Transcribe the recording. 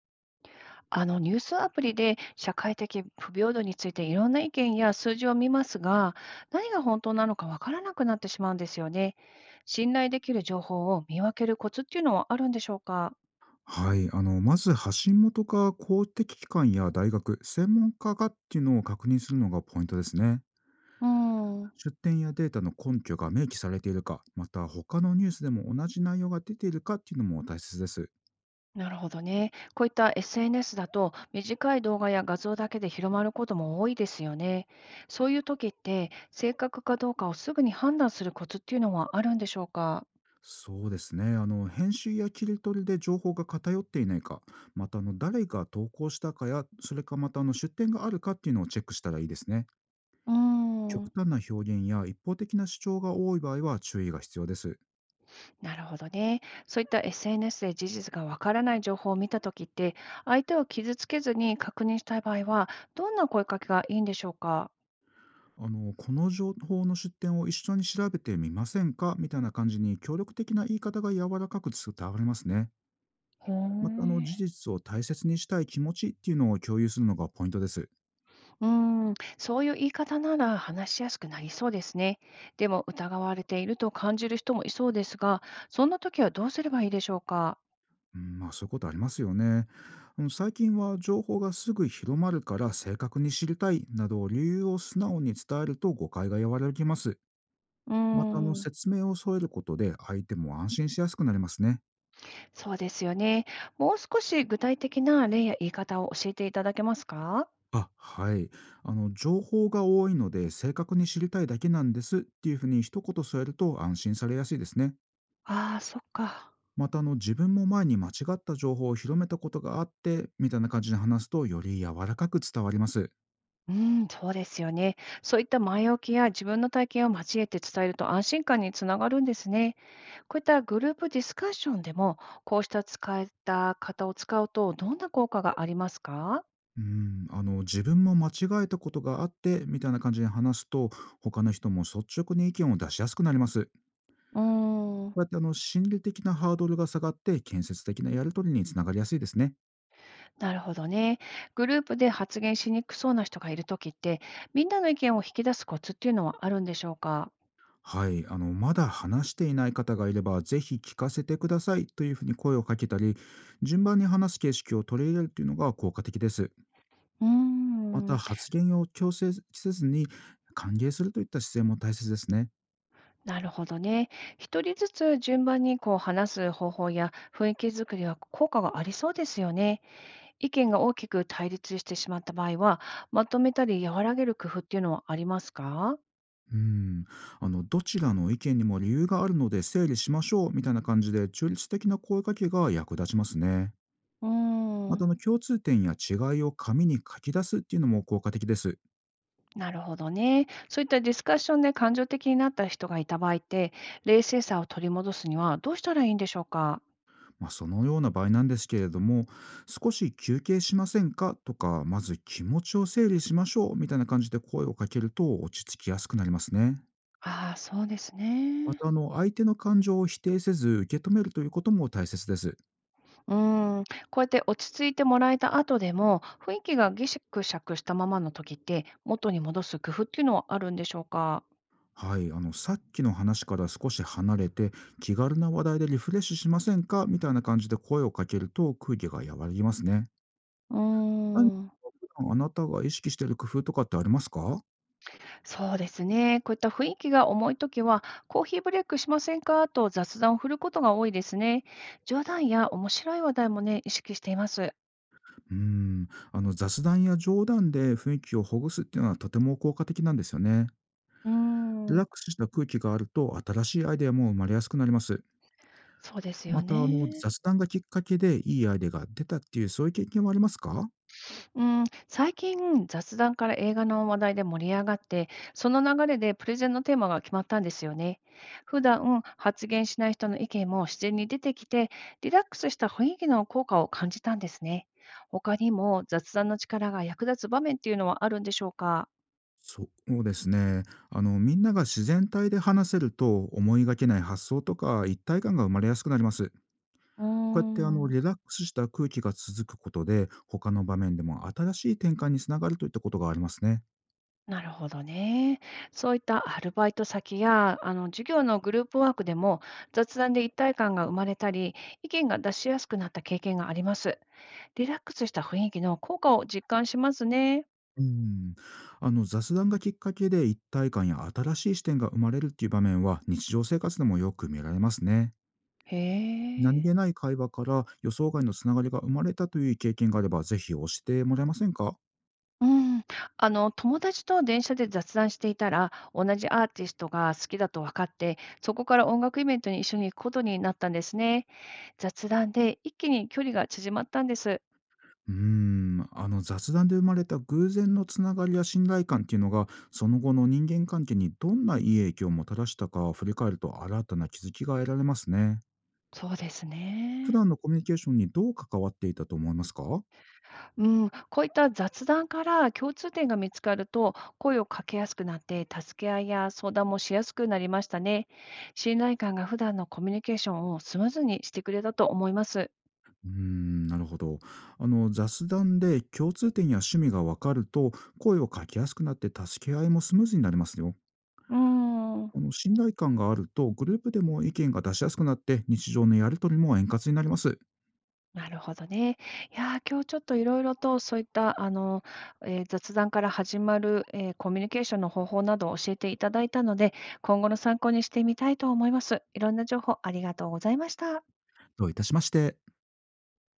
あのニュースアプリで社会的不平等についていろんな意見や数字を見ますが、何が本当なのかわからなくなってしまうんですよね。信頼できる情報を見分けるコツっていうのはあるんでしょうか。はい、まず発信元か公的機関や大学、専門家がっていうのを確認するのがポイントですね。うーん、出典やデータの根拠が明記されているか、また他のニュースでも同じ内容が出ているかっていうのも大切です。なるほどね。こういった SNS だと短い動画や画像だけで広まることも多いですよね。そういう時って正確かどうかをすぐに判断するコツっていうのはあるんでしょうか。そうですね、編集や切り取りで情報が偏っていないか、また誰が投稿したかや、それかまた出典があるかっていうのをチェックしたらいいですね。うー極ん、端な表現や一方的な主張が多い場合は注意が必要です。なるほどね。そういった SNS で事実がわからない情報を見たときって、相手を傷つけずに確認したい場合は、どんな声かけがいいんでしょうか。この情報の出典を一緒に調べてみませんかみたいな感じに協力的な言い方が柔らかく伝わりますね。へまたえ、事実を大切にしたい気持ちっていうのを共有するのがポイントです。うーん、そういう言い方なら話しやすくなりそうですね。でも疑われていると感じる人もいそうですが、そんな時はどうすればいいでしょうか。うん、まあそういうことありますよね。最近は情報がすぐ広まるから正確に知りたいなど理由を素直に伝えると誤解が和らぎます。うーまたん、説明を添えることで相手も安心しやすくなりますね。そうですよね。もう少し具体的な例や言い方を教えていただけますか。あ、はい。情報が多いので、正確に知りたいだけなんですっていうふうに一言添えると安心されやすいですね。ああー、そっか。また、自分も前に間違った情報を広めたことがあって、みたいな感じで話すと、より柔らかく伝わります。うん、そうですよね。そういった前置きや自分の体験を交えて伝えると安心感につながるんですね。こういったグループディスカッションでも、こうした使えた方を使うと、どんな効果がありますか。うん、自分も間違えたことがあって、みたいな感じで話すと、他の人も率直に意見を出しやすくなります。うーん、こうやって、心理的なハードルが下がって、建設的なやりとりにつながりやすいですね。なるほどね。グループで発言しにくそうな人がいるときって、みんなの意見を引き出すコツっていうのはあるんでしょうか。はい、まだ話していない方がいれば、ぜひ聞かせてくださいというふうに声をかけたり、順番に話す形式を取り入れるというのが効果的です。うーまた、ん、発言を強制せずに歓迎するといった姿勢も大切ですね。なるほどね。一人ずつ順番にこう話す方法や雰囲気作りは効果がありそうですよね。意見が大きく対立してしまった場合は、まとめたり和らげる工夫っていうのはありますか？うん、どちらの意見にも理由があるので整理しましょうみたいな感じで、中立的な声かけが役立ちますね。うーまん、た、共通点や違いを紙に書き出すっていうのも効果的です。なるほどね。そういったディスカッションで感情的になった人がいた場合って、冷静さを取り戻すにはどうしたらいいんでしょうか？まあ、そのような場合なんですけれども、少し休憩しませんかとか、まず気持ちを整理しましょうみたいな感じで声をかけると落ち着きやすくなりますね。ああ、そうですまね。た、相手の感情を否定せず受け止めるということも大切です。うーん、こうやって落ち着いてもらえた後でも、雰囲気がギシクシャクしたままの時って、元に戻す工夫っていうのはあるんでしょうか？はい、さっきの話から少し離れて、気軽な話題でリフレッシュしませんかみたいな感じで声をかけると空気が和らぎますね。うー何ん。かあなたが意識している工夫とかってありますか？そうですね。こういった雰囲気が重いときは、コーヒーブレイクしませんかと雑談を振ることが多いですね。冗談や面白い話題もね、意識しています。雑談や冗談で雰囲気をほぐすっていうのはとても効果的なんですよね。うーリラッん、クスした空気があると新しいアイデアも生まれやすくなります。そうですまよたね。雑談がきっかけでいいアイデアが出たっていうそういう経験はありますか？うん、最近、雑談から映画の話題で盛り上がって、その流れでプレゼンのテーマが決まったんですよね。普段発言しない人の意見も自然に出てきて、リラックスした雰囲気の効果を感じたんですね。他にも雑談の力が役立つ場面っていうのはあるんでしょうか。そうですね。みんなが自然体で話せると、思いがけない発想とか一体感が生まれやすくなります。うーこうやってん、リラックスした空気が続くことで、他の場面でも新しい転換につながるといったことがありますね。なるほどね。そういったアルバイト先や、授業のグループワークでも、雑談で一体感が生まれたり、意見が出しやすくなった経験があります。リラックスした雰囲気の効果を実感しますね。うん。雑談がきっかけで一体感や新しい視点が生まれるっていう場面は、日常生活でもよく見られますね。へ何え。気ない会話から予想外のつながりが生まれたという経験があれば、ぜひ教えてもらえませんか？うん。友達と電車で雑談していたら、同じアーティストが好きだと分かって、そこから音楽イベントに一緒に行くことになったんですね。雑談で一気に距離が縮まったんです。雑談で生まれた偶然のつながりや信頼感っていうのが、その後の人間関係にどんないい影響をもたらしたかを振り返ると新たな気づきが得られますね。そうです普ね。段のコミュニケーションにどう関わっていたと思いますか？ううん、こういった雑談から共通点が見つかると、声をかけやすくなって、助け合いや相談もしやすくなりましたね。信頼感が普段のコミュニケーションをスムーズにしてくれたと思います。ーん、なるほど。雑談で共通点や趣味がわかると、声をかけやすくなって助け合いもスムーズになりますよ。うーん、信頼感があると、グループでも意見が出しやすくなって、日常のやりとりも円滑になります。なるほどね。いやー、今日ちょっといろいろとそういった、雑談から始まる、コミュニケーションの方法などを教えていただいたので、今後の参考にしてみたいと思います。いろんな情報ありがとうございました。どういたしまして。